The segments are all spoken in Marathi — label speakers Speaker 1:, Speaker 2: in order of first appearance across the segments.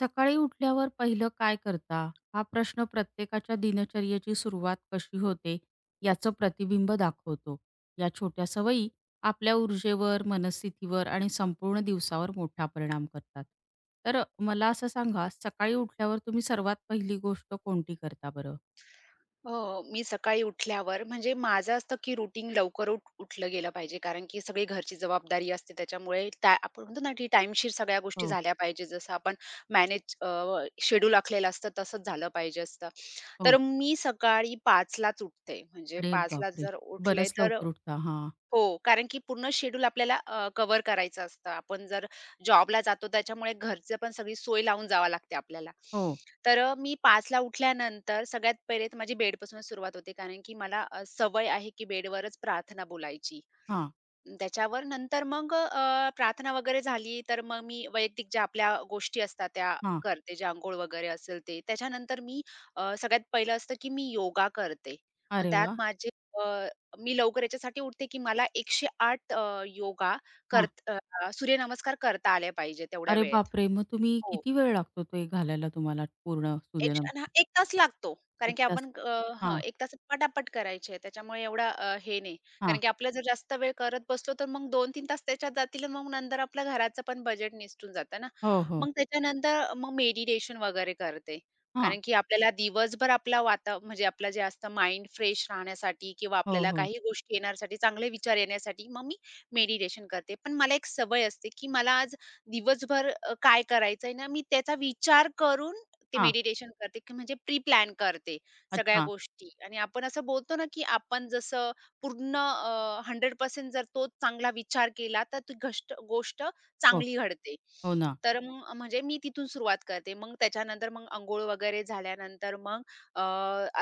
Speaker 1: सकाळी उठल्यावर पहिलं काय करता? हा प्रश्न प्रत्येकाच्या दिनचर्येची सुरुवात कशी होते याचं प्रतिबिंब दाखवतो. या छोट्या सवयी आपल्या ऊर्जेवर, मनस्थितीवर आणि संपूर्ण दिवसावर मोठा परिणाम करतात. तर मला असं सांगा, सकाळी उठल्यावर तुम्ही सर्वात पहिली गोष्ट कोणती करता बरं?
Speaker 2: हो, मी सकाळी उठल्यावर म्हणजे माझं असतं, की रुटीन लवकर उठलं गेलं पाहिजे. कारण की सगळी घरची जबाबदारी असते त्याच्यामुळे त्या आपण म्हणतो ना, की टाईमशीर सगळ्या गोष्टी
Speaker 1: हो,
Speaker 2: झाल्या पाहिजे. जसं आपण मॅनेज शेड्यूल आखलेलं असतं तसंच झालं पाहिजे असतं. तर
Speaker 1: हो.
Speaker 2: मी सकाळी 5:00लाच उठते. म्हणजे
Speaker 1: अरे
Speaker 2: 5:00ला
Speaker 1: बापरे!
Speaker 2: जर उठले
Speaker 1: बरंच
Speaker 2: तर
Speaker 1: लवकर उठता. हां.
Speaker 2: हो, कारण की पूर्ण शेड्यूल आपल्याला कव्हर करायचं असतं. आपण जर जॉबला जातो त्याच्यामुळे घरचं पण सगळी सोय लावून जावं लागते आपल्याला.
Speaker 1: हो.
Speaker 2: तर मी 5:00ला उठल्यानंतर सगळ्यात पहिले तर माझी बेडपासून सुरुवात होते. कारण की मला सवय आहे की बेडवरच प्रार्थना बोलायची.
Speaker 1: हां,
Speaker 2: त्याच्यावर नंतर मग प्रार्थना वगैरे झाली तर मग मी वैयक्तिक ज्या आपल्या गोष्टी असतात त्या
Speaker 1: हां.
Speaker 2: करते. जे अंघोळ वगैरे असेल ते. त्याच्यानंतर मी सगळ्यात पहिलं असतं की मी योगा करते. आणि
Speaker 1: अरे
Speaker 2: त्यात
Speaker 1: वाह!
Speaker 2: माझे मी लवकर याच्यासाठी उठते, की मला 108 योगा
Speaker 1: हां.
Speaker 2: करत अ, सूर्यनमस्कार करता आले पाहिजे तेवढ्या
Speaker 1: अरे
Speaker 2: वेळेत.
Speaker 1: बापरे! मग तुम्ही
Speaker 2: हो.
Speaker 1: किती वेळ लागतो ते घालायला तुम्हाला पूर्ण
Speaker 2: एक
Speaker 1: सूर्यनम
Speaker 2: क्षण हां, 1 तास लागतो. कारण
Speaker 1: 1
Speaker 2: की
Speaker 1: तास.
Speaker 2: आपण अ, हं,
Speaker 1: हां,
Speaker 2: 1 तासात पटापट करायची आहे. त्याच्यामुळे एवढा हे नाही.
Speaker 1: हां.
Speaker 2: कारण की आपलं जर जास्त वेळ करत बसलो, तर मग 2 तीन तास त्याच्यात जातील आणि मग नंतर आपल्या घराचं पण बजेट निसटून जातं ना.
Speaker 1: हो, हो.
Speaker 2: मग त्याच्यानंतर मग मेडिटेशन वगैरे करते.
Speaker 1: हां.
Speaker 2: कारण की आपल्याला दिवसभर आपला वाता म्हणजे आपलं जे असतं माइंड फ्रेश राहण्यासाठी किंवा
Speaker 1: हो,
Speaker 2: आपल्याला
Speaker 1: हो.
Speaker 2: काही गोष्टी येण्यासाठी, चांगले विचार येण्यासाठी मग मी मेडिटेशन करते. पण मला एक सवय असते, की मला आज दिवसभर काय करायचंय ना, मी त्याचा विचार करून ते
Speaker 1: हां.
Speaker 2: मेडिटेशन करते की म्हणजे प्री प्लॅन करते सगळ्या
Speaker 1: अच्छा.
Speaker 2: गोष्टी आणि आपण असं बोलतो ना, की आपण जसं पूर्ण 100% जर तो चांगला विचार केला, तर ती घष्ट गोष्ट
Speaker 1: हो,
Speaker 2: चांगली घडते.
Speaker 1: हो ना.
Speaker 2: तर मग म्हणजे मी तिथून सुरुवात करते. मग त्याच्यानंतर मग अंघोळ वगैरे झाल्यानंतर मग अ,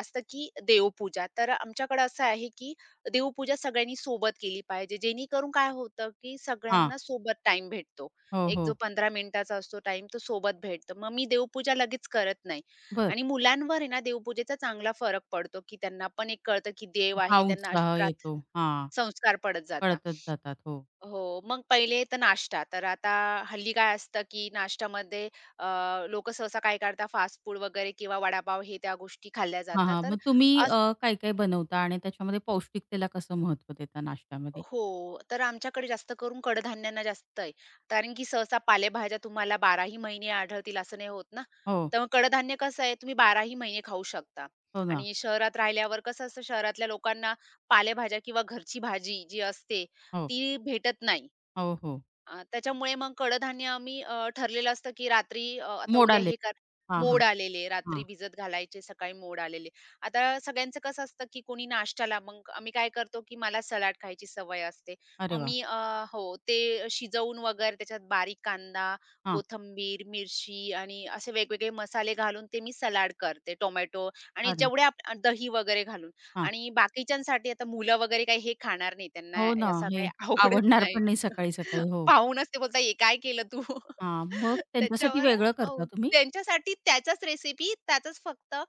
Speaker 2: असतं की देवपूजा. तर आमच्याकडे असं आहे, की देवपूजा सगळ्यांनी सोबत केली पाहिजे. जेणेकरून काय होतं, की
Speaker 1: हां.
Speaker 2: सगळ्यांना सोबत टाईम भेटतो.
Speaker 1: हो,
Speaker 2: एक जो
Speaker 1: हो.
Speaker 2: 15 मिनिटाचा असतो टाइम तो सोबत भेटतो. मग मी देवपूजा लगेच करत नाही
Speaker 1: बरं.
Speaker 2: आणि मुलांवर आहे ना देवपूजेचा चांगला फरक पडतो, की त्यांना पण एक कळतं, की देव
Speaker 1: हा
Speaker 2: आहे. त्यांना अशी
Speaker 1: उत्साह येतो.
Speaker 2: प्रार्थना
Speaker 1: हां.
Speaker 2: संस्कार पडत जातात.
Speaker 1: कळतच जातात. हो.
Speaker 2: हो, मग पहिले तर नाश्ता. तर आता हल्ली काय असतं, की नाश्त्यामध्ये अ, सहसा काय करतात फास्ट फूड वगैरे किंवा वडापाव हे त्या गोष्टी खाल्ल्या
Speaker 1: हां,
Speaker 2: जातात.
Speaker 1: हां.
Speaker 2: तर
Speaker 1: मग तुम्ही काय-काय बनवता आणि त्याच्यामध्ये पौष्टिकतेला कसं महत्त्व देता नाश्त्यामध्ये?
Speaker 2: हो, तर आमच्याकडे जास्त करून कडधान्यांना जास्त आहे. कारण की सहसा पालेभाज्या तुम्हाला 12ही महिने आढळतील असं नाही होत ना.
Speaker 1: हो.
Speaker 2: तर मग कडधान्य कसं आहे तुम्ही 12ही महिने खाऊ शकता
Speaker 1: हो ना.
Speaker 2: आणि शहरात राहिल्यावर कसं असतं शहरातल्या लोकांना पालेभाज्या किंवा घरची भाजी जी असते
Speaker 1: हो.
Speaker 2: ती भेटत नाही.
Speaker 1: हो, हो.
Speaker 2: त्याच्यामुळे मग कडधान्य आम्ही ठरलेलं असतं, की रात्री आता उद्या
Speaker 1: मोडाले.
Speaker 2: हे कर
Speaker 1: हां, हां.
Speaker 2: मोड आलेले, रात्री
Speaker 1: हां.
Speaker 2: भिजत घालायचे, सकाळी मोड आलेले. आता सगळ्यांचं कसं असतं, की कोणी नाश्त्याला मग आम्ही काय करतो, की मला सलाड खायची सवय असते.
Speaker 1: अरे
Speaker 2: मग
Speaker 1: वाह!
Speaker 2: मी अ, हो, ते शिजवून वगैरे त्याच्यात बारीक कांदा,
Speaker 1: हां.
Speaker 2: कोथिंबीर, मिरची आणि असे वेगवेगळे मसाले घालून ते मी सलाड करते. टोमॅटो आणि
Speaker 1: अरे
Speaker 2: जेवढे आप दही वगैरे घालून
Speaker 1: हां.
Speaker 2: आणि बाकीच्यांसाठी आता मुलं वगैरे काही हे खाणार नाही. त्यांना
Speaker 1: हो ना.
Speaker 2: असं काही
Speaker 1: हे
Speaker 2: आवडत
Speaker 1: आवडणार
Speaker 2: नाही.
Speaker 1: पण नाही सकाळी-सकाळी. हो.
Speaker 2: पाहून ते बोलता, "हे काय केलं तू?"
Speaker 1: हां. मग त्यांच्यासाठी
Speaker 2: त्याच्यावर
Speaker 1: वेगळं
Speaker 2: अ,
Speaker 1: करता तुम्ही?
Speaker 2: त्यांच्यासाठी त्याच्याच रेसिपी, त्याचंच फक्त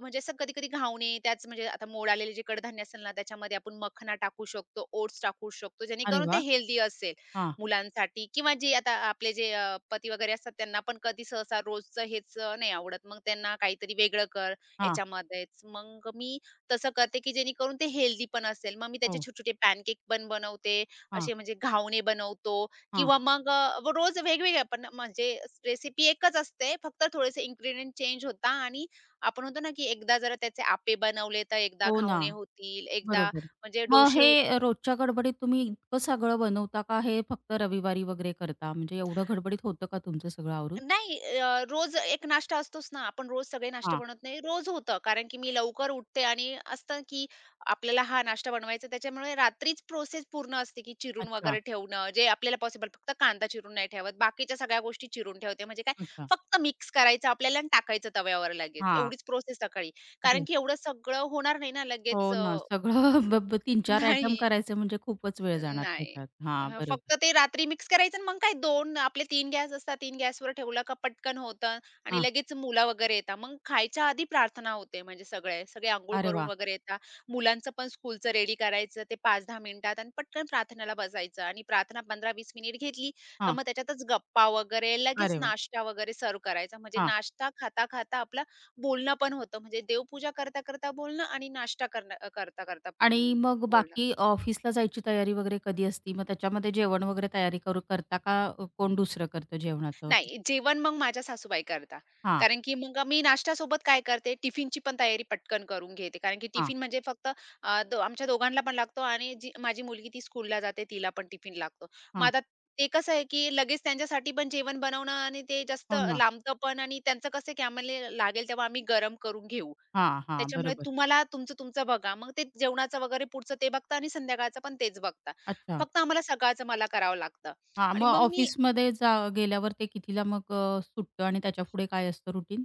Speaker 2: म्हणजे असं कधी-कधी घावणे, त्याच म्हणजे आता मोड आलेले जे कडधान्य असेल ना, त्याच्यामध्ये आपण मखना टाकू शकतो, ओट्स टाकू शकतो,
Speaker 1: अरे
Speaker 2: जेणेकरून ते
Speaker 1: वाह!
Speaker 2: हेल्दी असेल
Speaker 1: हां,
Speaker 2: मुलांसाठी किंवा जे आता आपले जे पती वगैरे असतात, त्यांना पण कधी सहसा रोजचं हेच नाही आवडत. मग त्यांना काहीतरी वेगळं कर
Speaker 1: हां.
Speaker 2: याच्यामध्येच. मग मी तसं करते, की जेणेकरून ते हेल्दी पण असेल. मग मी त्याचे
Speaker 1: हो.
Speaker 2: छोटे-छोटे पॅनकेक पण बनवते,
Speaker 1: हां.
Speaker 2: असे म्हणजे घावणे बनवतो
Speaker 1: हां.
Speaker 2: किंवा मग व रोज वेगवेगळ्या पण म्हणजे रेसिपी एकच असते, फक्त थोडेसे इन्ग्रीडियंट चेंज होता आणि आपण म्हणतो ना, की एकदा जरा त्याचे आपे बनवले, तर एकदा
Speaker 1: हो ना.
Speaker 2: घावणे होतील, एकदा
Speaker 1: बरोबर.
Speaker 2: म्हणजे
Speaker 1: मग
Speaker 2: डोसे
Speaker 1: हे
Speaker 2: होतील.
Speaker 1: रोजच्या गडबडीत तुम्ही इतकं सगळं बनवता का हे फक्त रविवारी वगैरे करता? म्हणजे एवढं गडबडीत होतं का तुमचं सगळं आवरून?
Speaker 2: रोज एक नाश्ता असतोच ना, आपण रोज सगळे नाश्ते
Speaker 1: हां.
Speaker 2: बनवत नाही. रोज होतं कारण की मी लवकर उठते आणि असतं की आपल्याला हा नाश्ता बनवायचा त्याच्यामुळे रात्रीच प्रोसेस पूर्ण असते की चिरून
Speaker 1: अच्छा,
Speaker 2: वगैरे ठेवणं, जे आपल्याला पॉसिबल फक्त कांदा चिरून नाही ठेवत. बाकीच्या सगळ्या गोष्टी चिरून ठेवते. म्हणजे काय
Speaker 1: अच्छा.
Speaker 2: फक्त मिक्स करायचं आपल्याला आणि टाकायचं तव्यावर लगेच.
Speaker 1: हां.
Speaker 2: एवढीच प्रोसेस सकाळी. कारण
Speaker 1: बरं.
Speaker 2: की एवढं सगळं होणार नाही ना लगेच
Speaker 1: हो
Speaker 2: अ,
Speaker 1: ना. सगळं
Speaker 2: हं.
Speaker 1: ब ब 3-4 आयटम
Speaker 2: नाही.
Speaker 1: करायचे म्हणजे खूपच वेळ जाणार
Speaker 2: नाही.
Speaker 1: त्याच्यात. हां,
Speaker 2: अ,
Speaker 1: बरोबर.
Speaker 2: फक्त ते रात्री मिक्स करायचं आणि मग काय 2 आपले 3 गॅस असतात. 3 गॅसवर ठेवलं का पटकन होतं आणि
Speaker 1: हां.
Speaker 2: लगेच मुलं वगैरे येतात. मग खायच्या आधी प्रार्थना होते म्हणजे सगळे. सगळे अंघोळ
Speaker 1: अरे
Speaker 2: करून
Speaker 1: वाह!
Speaker 2: वगैरे येतात. मुलांचं पण स्कूलचं रेडी करायचं ते 5-10 मिनिटात आणि पटकन प्रार्थनेला बसायचं आणि प्रार्थना 15-20 मिनिट घेतली का
Speaker 1: हां.
Speaker 2: मग त्याच्यातच गप्पा वगैरे लगेच
Speaker 1: अरे वाह!
Speaker 2: नाश्ता वगैरे सर्व्ह करायचा. म्हणजे
Speaker 1: हां.
Speaker 2: नाश्ता खाता-खाता आपलं बोलणं पण होतं. म्हणजे देवपूजा करता-करता बोलणं आणि नाश्ता करणं
Speaker 1: आणि मग
Speaker 2: बोलणं.
Speaker 1: बाकी ऑफिसला जायची तयारी वगैरे कधी असती? मग त्याच्यामध्ये जेवण वगैरे तयारी करू करता का कोण दुसरं करतं जेवणाचं वगैरे?
Speaker 2: नाही, जेवण मग माझ्या सासूबाई करतात.
Speaker 1: हां,
Speaker 2: कारण की मग मी नाश्त्यासोबत काय करते, टिफिनची पण तयारी पटकन करून घेते. कारण की
Speaker 1: हां,
Speaker 2: टिफिन म्हणजे फक्त अ, दो आमच्या दोघांना पण लागतो आणि जी माझी मुलगी ती स्कूलला जाते, तिला पण टिफिन लागतो. मग
Speaker 1: हां.
Speaker 2: आता ते कसं आहे, की लगेच त्यांच्यासाठी पण जेवण बनवणं आणि ते जास्त
Speaker 1: हो ना.
Speaker 2: लांबतं पण आणि त्यांचं कसं आहे, की आम्हाला लागेल तेव्हा आम्ही गरम करून घेऊ.
Speaker 1: हां, हां.
Speaker 2: त्याच्यामुळे
Speaker 1: बरोबर.
Speaker 2: तुम्हाला तुमचं-तुमचं बघा. मग ते जेवणाचं वगैरे पुढचं ते बघता आणि संध्याकाळचं पण तेच बघता.
Speaker 1: अच्छा.
Speaker 2: फक्त आम्हाला सकाळचं मला करावं लागतं
Speaker 1: हां,
Speaker 2: आणि
Speaker 1: मग
Speaker 2: मग मी
Speaker 1: ऑफिसमध्ये जा गेल्यावर ते कितीला मग सुटतं आणि त्याच्यापुढे काय असतं रुटीन?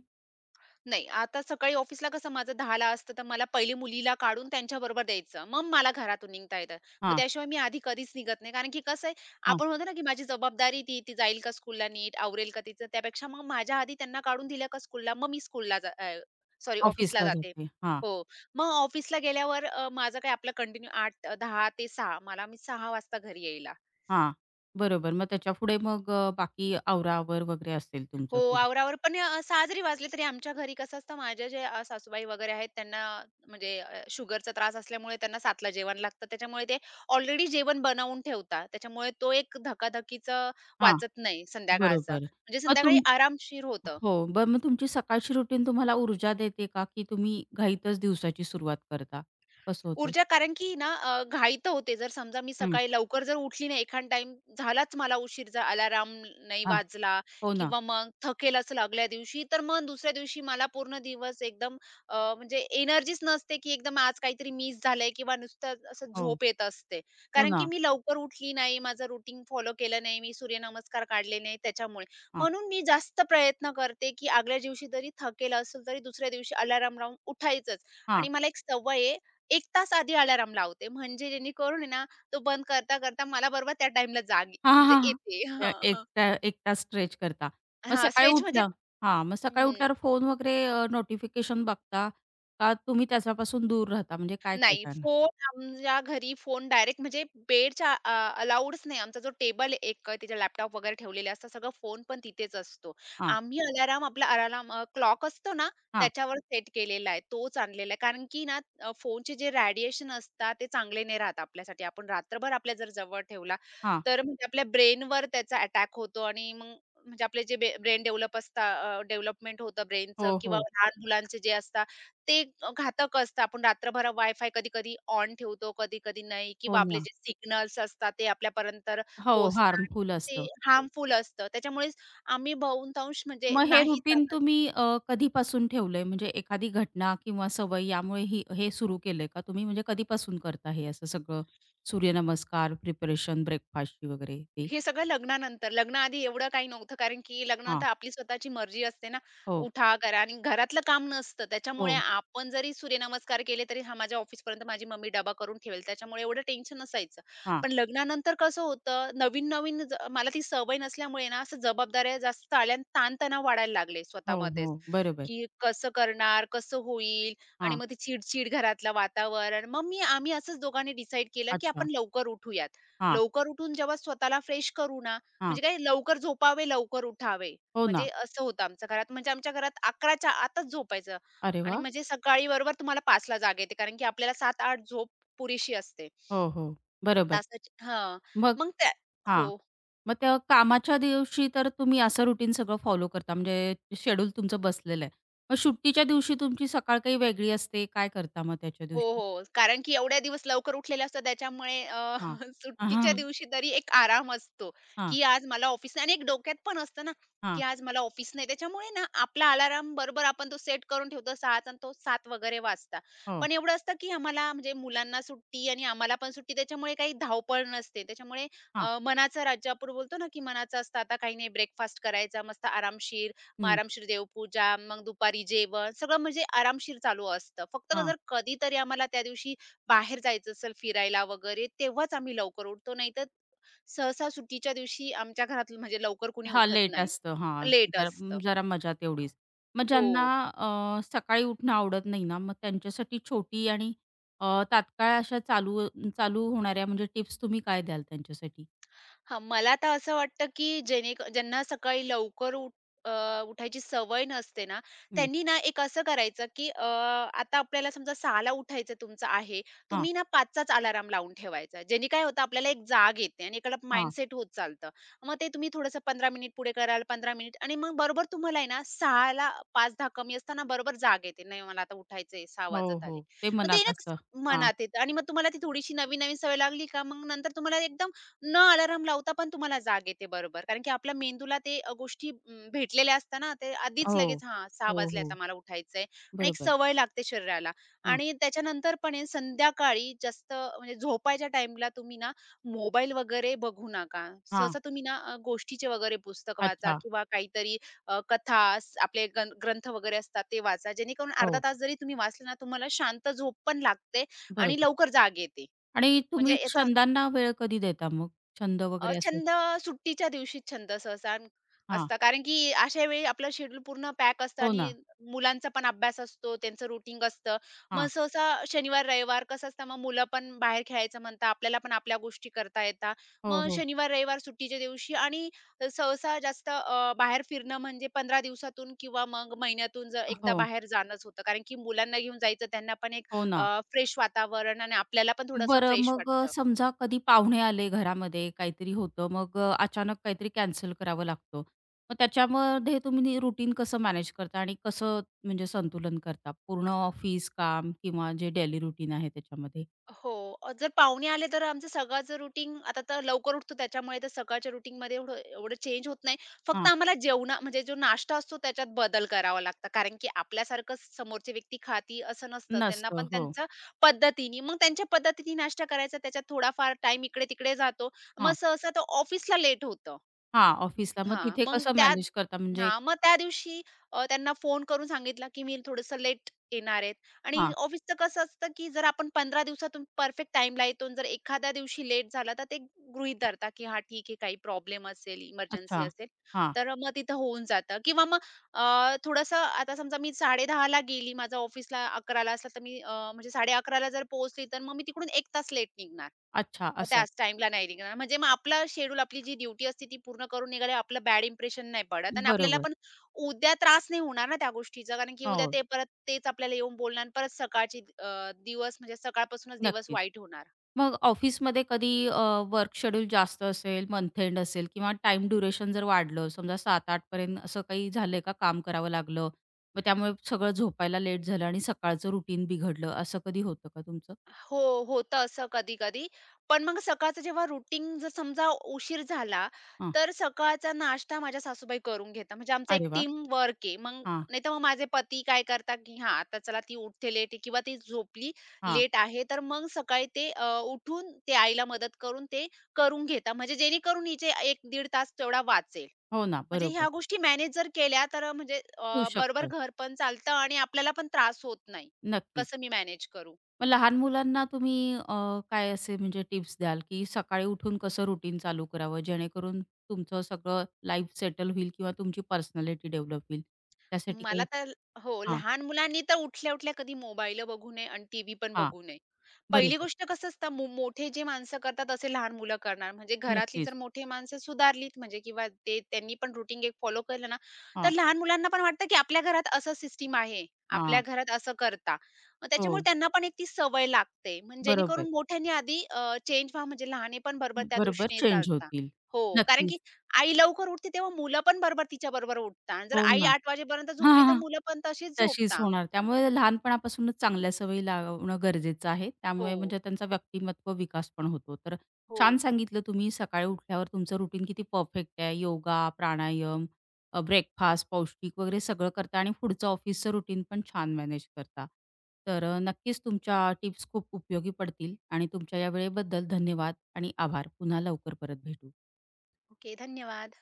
Speaker 2: नाही, आता सकाळी ऑफिसला कसं माझं 10 असतं, तर मला पहिले मुलीला काढून त्यांच्याबरोबर द्यायचं. मग मला घरातून निघता येतं. मग
Speaker 1: हां,
Speaker 2: त्याशिवाय मी आधी कधीच निघत नाही. कारण की कसं आहे,
Speaker 1: हां.
Speaker 2: आपण म्हणतो ना, की माझी जबाबदारी ती जाईल का स्कूलला नीट, आवरेल का तिचं? त्यापेक्षा मग माझ्या आधी त्यांना काढून दिलं का स्कूलला, मग मी स्कूलला सॉरी ऑफिसला
Speaker 1: ऑफिसला
Speaker 2: जाते.
Speaker 1: जाते. हां,
Speaker 2: हो. मग ऑफिसला गेल्यावर माझं काय आपलं कंटिन्यू 8-10 ते 6 मी 6 वाजता घरी येईल.
Speaker 1: हां. बरोबर. मग त्याच्यापुढे मग बाकी आवरावर वगैरे असेल
Speaker 2: हो,
Speaker 1: तुमचं थोडं.
Speaker 2: आवर-आवर पण सहा जरी तरी आमच्या घरी कसं असतं माझ्या जे सासूबाई वगैरे आहेत त्यांना म्हणजे शुगरचा त्रास असल्यामुळे त्यांना 7:00 ला जेवण लागतं. त्याच्यामुळे ते ऑलरेडी जेवण बनवून ठेवतात. त्याच्यामुळे तो एक धकाधकीचं
Speaker 1: हां,
Speaker 2: वाचत नाही संध्याकाळचा.
Speaker 1: बरोबर.
Speaker 2: म्हणजे
Speaker 1: मग
Speaker 2: संध्याकाळी
Speaker 1: तुम
Speaker 2: आरामशीर होतं.
Speaker 1: हो. बरं मग तुमची सकाळची रुटीन तुम्हाला ऊर्जा देते का? की तुम्ही घाईतच दिवसाची सुरुवात करता? कसं होतं?
Speaker 2: ऊर्जा कारण की ना घाई तर होते. जर समजा मी
Speaker 1: हं.
Speaker 2: सकाळी लवकर जर उठली नाही, एखादा टाइम, झालाच मला उशीर, जर अलाराम नाही
Speaker 1: हां.
Speaker 2: वाजला
Speaker 1: हो ना.
Speaker 2: किंवा मग थकेलच लागल्या दिवशी, तर मग दुसऱ्या दिवशी मला पूर्ण दिवस एकदम म्हणजे एनर्जीच नसते, की एकदम आज काहीतरी मिस झालंय किंवा नुसतं असं
Speaker 1: हो.
Speaker 2: झोप येत असते.
Speaker 1: हो
Speaker 2: कारण की
Speaker 1: ना.
Speaker 2: मी लवकर उठली नाही, माझं रुटीन फॉलो केलं नाही, मी सूर्यनमस्कार काढले नाही त्याच्यामुळे.
Speaker 1: हां,
Speaker 2: म्हणून मी जास्त प्रयत्न करते, की आदल्या दिवशी जरी थकेल असेल, तरी दुसऱ्या दिवशी अलार्म लावून उठायचंच आणि मला एक सवय आहे 1 तास आधी अलार्म लावते, म्हणजे जेणेकरून आहे ना, तो बंद करता-करता मला बरोबर त्या टाईमला जाग
Speaker 1: हां,
Speaker 2: म्हणजे
Speaker 1: हां, हां.
Speaker 2: येते. हां, हां.
Speaker 1: एकटा एकटा स्ट्रेच करता. मग
Speaker 2: हां,
Speaker 1: सकाळी
Speaker 2: स्ट्रेच म्हणजे
Speaker 1: उठल्या हां, मग सकाळी
Speaker 2: हं.
Speaker 1: उठल्यावर फोन वगैरे नोटिफिकेशन बघता का तुम्ही त्याच्यापासून दूर राहता? म्हणजे काय
Speaker 2: नाही,
Speaker 1: करता ना?
Speaker 2: फोन आमच्या घरी फोन डायरेक्ट म्हणजे बेडच्या अलाउडच नाही. आमचा जो टेबल एक तिथे लॅपटॉप वगैरे ठेवलेले असतात, सगळं फोन पण तिथेच असतो.
Speaker 1: हां,
Speaker 2: आम्ही अलार्म आपला अलार्म क्लॉक असतो ना,
Speaker 1: हां,
Speaker 2: त्याच्यावर सेट केलेला आहे. तोच आणलेला आहे. कारण की ना फोनचे जे रेडिएशन असतात ते चांगले नाही राहत आपल्यासाठी. आपण रात्रभर आपल्या जर जवळ ठेवला,
Speaker 1: हां.
Speaker 2: तर म्हणजे आपल्या ब्रेनवर त्याचा अटॅक होतो आणि मग म्हणजे आपले जे ब्रेन डेव्हलप असता डेव्हलपमेंट होतं ब्रेनचं
Speaker 1: हो,
Speaker 2: किंवा
Speaker 1: हो.
Speaker 2: लहान मुलांचे जे असतात ते घातक असतं. आपण रात्रभर वायफाय कधी-कधी ऑन ठेवतो, कधी-कधी नाही किंवा
Speaker 1: हो
Speaker 2: आपले
Speaker 1: ना.
Speaker 2: जे सिग्नल्स असतात ते आपल्यापर्यंत
Speaker 1: हो,
Speaker 2: पोहोचतात.
Speaker 1: हार्मफुल
Speaker 2: ते
Speaker 1: असतं.
Speaker 2: हार्मफुल असतं. त्याच्यामुळेच आम्ही बहुतांश म्हणजे
Speaker 1: मग हे
Speaker 2: नाही
Speaker 1: रुटीन
Speaker 2: जात.
Speaker 1: तुम्ही कधीपासून ठेवलंय? म्हणजे एखादी घटना किंवा सवय यामुळे ही हे सुरू केलंय का तुम्ही? म्हणजे कधीपासून करता हे असं सगळं सूर्यनमस्कार, प्रिपरेशन ब्रेकफास्टची वगैरे ते?
Speaker 2: हे सगळं लग्नानंतर. लग्नाआधी एवढं काही नव्हतं कारण की लग्न
Speaker 1: हां.
Speaker 2: तर आपली स्वतःची मर्जी असते ना,
Speaker 1: हो,
Speaker 2: उठा, करा आणि घरातलं काम नसतं. त्याच्यामुळे
Speaker 1: हो.
Speaker 2: आपण जरी सूर्यनमस्कार केले तरी हा माझ्या ऑफिसपर्यंत माझी मम्मी डबा करून ठेवेल. त्याच्यामुळे एवढं टेन्शन नसायचं.
Speaker 1: हां.
Speaker 2: पण लग्नानंतर कसं होतं नवीन-नवीन ज मला ती सवय नसल्यामुळे ना असं जबाबदाऱ्या जास्त आल्या आणि ताणतणाव वाढायला लागले
Speaker 1: हो,
Speaker 2: स्वतःमध्येच,
Speaker 1: हो. बरोबर.
Speaker 2: की कसं करणार, कसं होईल आणि
Speaker 1: हां.
Speaker 2: मग ती चिड घरातलं वातावरण. मग मी आम्ही असंच दोघांनी डिसाईड केलं की
Speaker 1: अच्छा.
Speaker 2: आपण लवकर उठूयात.
Speaker 1: हां,
Speaker 2: लवकर उठून जेव्हा स्वतःला फ्रेश करू ना,
Speaker 1: हां.
Speaker 2: म्हणजे काय लवकर झोपावे, लवकर उठावे.
Speaker 1: हो
Speaker 2: म्हणजे
Speaker 1: ना.
Speaker 2: असं होतं आमच्या घरात. म्हणजे आमच्या घरात 11च्या आतच झोपायचं
Speaker 1: अरे
Speaker 2: आणि
Speaker 1: वाह!
Speaker 2: म्हणजे सकाळी बरोबर तुम्हाला 5ला जाग येते कारण की आपल्याला 7-8 झोप पुरेशी असते.
Speaker 1: हो, हो. बरोबर.
Speaker 2: तासाची हां.
Speaker 1: मग
Speaker 2: मग त्या हो.
Speaker 1: हां. मग त्या कामाच्या दिवशी तर तुम्ही असं रुटीन सगळं फॉलो करता म्हणजे शेड्यूल तुमचं बसलेलं आहे. मग सुट्टीच्या दिवशी तुमची सकाळ काही वेगळी असते. काय करता मग त्याच्या
Speaker 2: हो,
Speaker 1: दिवशी?
Speaker 2: हो. कारण की एवढ्या दिवस लवकर उठलेले असतात त्याच्यामुळे
Speaker 1: हां. हां,
Speaker 2: सुट्टीच्या
Speaker 1: हां.
Speaker 2: दिवशी तरी एक आराम असतो,
Speaker 1: हां,
Speaker 2: की आज मला ऑफिस आणि एक डोक्यात पण असतं ना, की
Speaker 1: हां.
Speaker 2: आज मला ऑफिस नाही. त्याच्यामुळे ना आपला अलार्म बरोबर आपण तो सेट करून ठेवतो 6चा आणि तो 7 वगैरे वाजता.
Speaker 1: हो.
Speaker 2: पण एवढं असतं की आम्हाला म्हणजे मुलांना सुट्टी आणि आम्हाला पण सुट्टी त्याच्यामुळे काही धावपळ नसते. त्याच्यामुळे
Speaker 1: हां.
Speaker 2: मनाचा राज्य आपण बोलतो ना, की मनाचं असतं आता काही नाही ब्रेकफास्ट करायचा मस्त आरामशीर मग
Speaker 1: हं.
Speaker 2: आरामशीर देवपूजा, मग दुपारी जेवण, सगळं म्हणजे आरामशीर चालू असतं. फक्त
Speaker 1: हां.
Speaker 2: जर कधीतरी आम्हाला त्या दिवशी बाहेर जायचं असेल फिरायला वगैरे, तेव्हाच आम्ही लवकर उठतो. नाहीतर सहसा सुट्टीच्या दिवशी आमच्या घरात म्हणजे लवकर कुणी
Speaker 1: हां,
Speaker 2: उठत
Speaker 1: लेट
Speaker 2: नाही.
Speaker 1: असतं. हां,
Speaker 2: लेट
Speaker 1: जरा
Speaker 2: असतं.
Speaker 1: जरा मजा तेवढीच. मग
Speaker 2: हो.
Speaker 1: ज्यांना सकाळी उठणं आवडत नाही ना, मग त्यांच्यासाठी छोटी आणि तात्काळ अशा चालू चालू होणाऱ्या म्हणजे टिप्स तुम्ही काय द्याल त्यांच्यासाठी?
Speaker 2: हां, मला तर असं वाटतं, की ज्यांना सकाळी लवकर उठायची सवय नसते ना,
Speaker 1: हं.
Speaker 2: त्यांनी ना एक असं करायचं, की आता आपल्याला समजा 6 ला उठायचं तुमचं आहे,
Speaker 1: हां,
Speaker 2: तुम्ही ना 5 अलार्म लावून ठेवायचा. ज्याने काय होतं आपल्याला एक जाग येते आणि एकाला
Speaker 1: हां.
Speaker 2: माइंडसेट होत चालतं. मग ते तुम्ही थोडंसं 15 मिनिट पुढे कराल, 15 मिनिट आणि मग बरोबर तुम्हाला आहे ना 6 ला 5 कमी असताना बरोबर जाग येते. नाही मला आता उठायचंय, 6
Speaker 1: हो,
Speaker 2: वाजत
Speaker 1: हो.
Speaker 2: आले.
Speaker 1: ते
Speaker 2: मग ते
Speaker 1: मनात
Speaker 2: ना
Speaker 1: असतं. हां.
Speaker 2: मनात येतं आणि मग तुम्हाला ती थोडीशी नवीन-नवीन सवय लागली का मग नंतर तुम्हाला एकदम न अलार्म लावता पण तुम्हाला जाग येते बरोबर. कारण की आपल्या मेंदूला ते गोष्टी भेटलेल्या असतात ना, ते आधीच
Speaker 1: हो.
Speaker 2: लगेच हां, 6
Speaker 1: हो,
Speaker 2: वाजले आता
Speaker 1: हो.
Speaker 2: मला उठायचंय आणि एक
Speaker 1: बरोबर.
Speaker 2: सवय लागते शरीराला
Speaker 1: हां,
Speaker 2: आणि त्याच्यानंतर पण आहे संध्याकाळी जास्त म्हणजे झोपायच्या टाईमला तुम्ही ना मोबाईल वगैरे बघू नका.
Speaker 1: हां.
Speaker 2: सहसा तुम्ही ना गोष्टीचे वगैरे पुस्तक वाचा
Speaker 1: अच्छा.
Speaker 2: किंवा काहीतरी कथा स आपले ग्रंथ वगैरे असतात ते वाचा. जेणेकरून अर्धा
Speaker 1: हो,
Speaker 2: तास जरी तुम्ही वाचले ना, तुम्हाला शांत झोप पण लागते आणि
Speaker 1: बरोबर.
Speaker 2: लवकर जाग येते.
Speaker 1: आणि तुम्ही
Speaker 2: म्हणजे याचा
Speaker 1: छंदांना वेळ कधी देता मग? छंद
Speaker 2: अ,
Speaker 1: वगैरे असेल?
Speaker 2: छंद सुट्टीच्या दिवशीच छंद सहसा
Speaker 1: हां.
Speaker 2: असता. कारण की अशा वेळी आपलं शेड्यूल पूर्ण पॅक असतं
Speaker 1: हो
Speaker 2: आणि
Speaker 1: ना.
Speaker 2: मुलांचा पण अभ्यास असतो, त्यांचं रुटीन असतं. मग
Speaker 1: हां.
Speaker 2: सहसा शनिवार, रविवार कसं असतं मग मुलं पण बाहेर खेळायचं म्हणतात, आपल्याला पण आपल्या गोष्टी करता येतात.
Speaker 1: हो,
Speaker 2: मग
Speaker 1: हो.
Speaker 2: शनिवार, रविवार सुट्टीच्या दिवशी आणि सहसा जास्त बाहेर फिरणं म्हणजे 15 दिवसातून किंवा मग महिन्यातून जर एकदा
Speaker 1: हो.
Speaker 2: बाहेर जाणंच होतं. कारण की मुलांना घेऊन जायचं त्यांना पण एक
Speaker 1: हो ना.
Speaker 2: फ्रेश वातावरण आणि आपल्याला पण थोडंसं
Speaker 1: बरं
Speaker 2: फ्रेश
Speaker 1: मग
Speaker 2: वाटतं.
Speaker 1: समजा कधी पाहुणे आले घरामध्ये, काहीतरी होतं, मग अचानक काहीतरी कॅन्सल करावं लागतं. मग त्याच्यामध्ये तुम्ही रुटीन कसं मॅनेज करता आणि कसं म्हणजे संतुलन करता? पूर्ण ऑफिस काम किंवा जे डेली रुटीन आहे त्याच्यामध्ये?
Speaker 2: हो. जर पाहुणे आले तर आमचं सकाळचं रुटीन आता तर लवकर उठतो त्याच्यामुळे तर सकाळच्या रुटीनमध्ये एवढं एवढं चेंज होत नाही. फक्त
Speaker 1: हां,
Speaker 2: आम्हाला म्हणजे जो नाश्ता असतो त्याच्यात बदल करावा लागतो. कारण की आपल्यासारखं समोरची व्यक्ती खाती असं नसतं. त्यांना
Speaker 1: नसतं.
Speaker 2: पण
Speaker 1: हो.
Speaker 2: त्यांच्या पद्धतीने मग त्यांच्या पद्धतीने नाश्ता करायचा त्याच्यात थोडाफार टाईम इकडे-तिकडे जातो. मग
Speaker 1: हां,
Speaker 2: सहसा तो ऑफिसला लेट होतं.
Speaker 1: हां, ऑफिसला मग
Speaker 2: हां,
Speaker 1: तिथे
Speaker 2: मग
Speaker 1: कसं
Speaker 2: त्या
Speaker 1: मॅनेज करता? म्हणजे
Speaker 2: हां, मग त्या दिवशी त्यांना फोन करून सांगितला, की मी थोडंसं लेट येणार आहेत आणि
Speaker 1: हां,
Speaker 2: ऑफिसचं कसं असतं, की जर आपण 15 दिवसातून परफेक्ट टाईमला येतो आणि जर एखाद्या दिवशी लेट झाला, तर ते गृहीत धरतात, की हा ठीक आहे काही प्रॉब्लेम असेल,
Speaker 1: अच्छा.
Speaker 2: इमर्जन्सी असेल,
Speaker 1: हां,
Speaker 2: तर मग तिथं होऊन जातं किंवा मग थोडंसं आता समजा मी 10:30 ला गेली, माझं ऑफिसला 11 ला तर मी म्हणजे 11:30 ला जर पोहोचली, तर मग मी तिकडून 1 तास लेट निघणार.
Speaker 1: अच्छा
Speaker 2: मग
Speaker 1: असं आहे.
Speaker 2: त्याच टाईमला नाही निघणार. म्हणजे मग आपला शेड्यूल, आपली जी ड्युटी असते ती पूर्ण करून निघाल्यावर आपलं बॅड इम्प्रेशन नाही पडत आणि आपल्याला
Speaker 1: बरोबर.
Speaker 2: पण उद्या त्रास नाही होणार ना त्या गोष्टीचा. कारण की उद्या
Speaker 1: हो,
Speaker 2: ते परत तेच आपल्याला येऊन बोलणार आणि परत सकाळची अ, दिवस म्हणजे सकाळपासूनच दिवस
Speaker 1: नक्कीच.
Speaker 2: वाईट होणार.
Speaker 1: मग ऑफिसमध्ये कधी वर्क शेड्यूल जास्त असेल, मंथ एंड असेल किंवा टाईम ड्युरेशन जर वाढलं, समजा 7-8 पर्यंत असं काही झालंय का काम करावं लागलं? मग त्यामुळे सगळं झोपायला लेट झालं आणि सकाळचं रुटीन बिघडलं, असं कधी होतं का तुमचं?
Speaker 2: हो, होतं असं कधी-कधी. पण मग सकाळचं जेव्हा रुटीन जर समजा उशीर झाला,
Speaker 1: हां.
Speaker 2: तर सकाळचा नाश्ता माझ्या सासूबाई करून घेतात. म्हणजे आमचं एक
Speaker 1: अरे वाह!
Speaker 2: टीम वर्क आहे. मग
Speaker 1: हां,
Speaker 2: नाहीतर मग माझे पती काय करतात, की हां, आता चला ती उठते लेट आहे किंवा ती झोपली
Speaker 1: हां.
Speaker 2: लेट आहे, तर मग सकाळी ते उठून ते आईला मदत करून ते करून घेतात. म्हणजे जेणेकरून हिचे 1-1.5 तास तेवढा वाचेल.
Speaker 1: हो ना,
Speaker 2: म्हणजे ह्या
Speaker 1: बरोबर.
Speaker 2: गोष्टी मॅनेज जर केल्या तर म्हणजे
Speaker 1: होऊ
Speaker 2: बरोबर
Speaker 1: शकतं.
Speaker 2: घर पण चालतं आणि आपल्याला पण त्रास होत नाही.
Speaker 1: नक्कीच.
Speaker 2: कसं मी मॅनेज करू?
Speaker 1: मग लहान मुलांना तुम्ही काय असे म्हणजे टिप्स द्याल, की सकाळी उठून कसं रुटीन चालू करावं, जेणेकरून तुमचं सगळं लाईफ सेटल होईल किंवा तुमची पर्सनॅलिटी डेव्हलप होईल? त्यासाठी
Speaker 2: मला
Speaker 1: काही
Speaker 2: तर हो,
Speaker 1: हां,
Speaker 2: लहान मुलांनी तर उठल्या-उठल्या कधी मोबाईल बघू नये आणि टीव्ही पण
Speaker 1: हां.
Speaker 2: बघू नये. पहिली
Speaker 1: बरोबर.
Speaker 2: गोष्ट कसं असतं मोठे जे माणसं करतात असे लहान मुलं करणार. म्हणजे घरातली जर
Speaker 1: नक्कीच.
Speaker 2: मोठी माणसं सुधारलीत म्हणजे किंवा ते त्यांनी पण रुटीन एक फॉलो केलं ना, तर
Speaker 1: हां,
Speaker 2: लहान मुलांना पण वाटतं की आपल्या घरात असं सिस्टम आहे. आपल्या
Speaker 1: हां.
Speaker 2: घरात असं करता. मग त्याच्यामुळे
Speaker 1: हो.
Speaker 2: त्यांना पण एक ती सवय लागते. म्हणजे
Speaker 1: बरोबर.
Speaker 2: जेणेकरून मोठ्यांनी आधी चेंज व्हा म्हणजे लहाने पण बरोबर त्या
Speaker 1: बरोबर
Speaker 2: दृष्टीने
Speaker 1: चेंज
Speaker 2: चालता.
Speaker 1: होतील.
Speaker 2: हो, कारण
Speaker 1: नक्कीच.
Speaker 2: की आई लवकर उठते तेव्हा मुलं पण बरोबर तिच्याबरोबर उठतात जर
Speaker 1: हो
Speaker 2: आई
Speaker 1: ना.
Speaker 2: 8 वाजेपर्यंत झोपली, तर मुलं पण तशीच
Speaker 1: तशीच
Speaker 2: झोपतात.
Speaker 1: होणार. त्यामुळे लहानपणापासूनच चांगल्या सवयी लावणं गरजेचं आहे.
Speaker 2: हो,
Speaker 1: त्यामुळे म्हणजे त्यांचा व्यक्तिमत्व विकास पण होतो. तर
Speaker 2: हो.
Speaker 1: छान सांगितलं तुम्ही सकाळी उठल्यावर तुमचं रुटीन किती परफेक्ट आहे. योगा, प्राणायाम, ब्रेकफास्ट, पौष्टिक वगैरे सगळं करता आणि पुढचं ऑफिसचं रुटीन पण छान मॅनेज करता. तर नक्कीच तुमच्या टिप्स खूप उपयोगी पडतील आणि तुमच्या या वेळेबद्दल धन्यवाद आणि आभार. पुन्हा लवकर परत भेटू.
Speaker 2: ओके, धन्यवाद.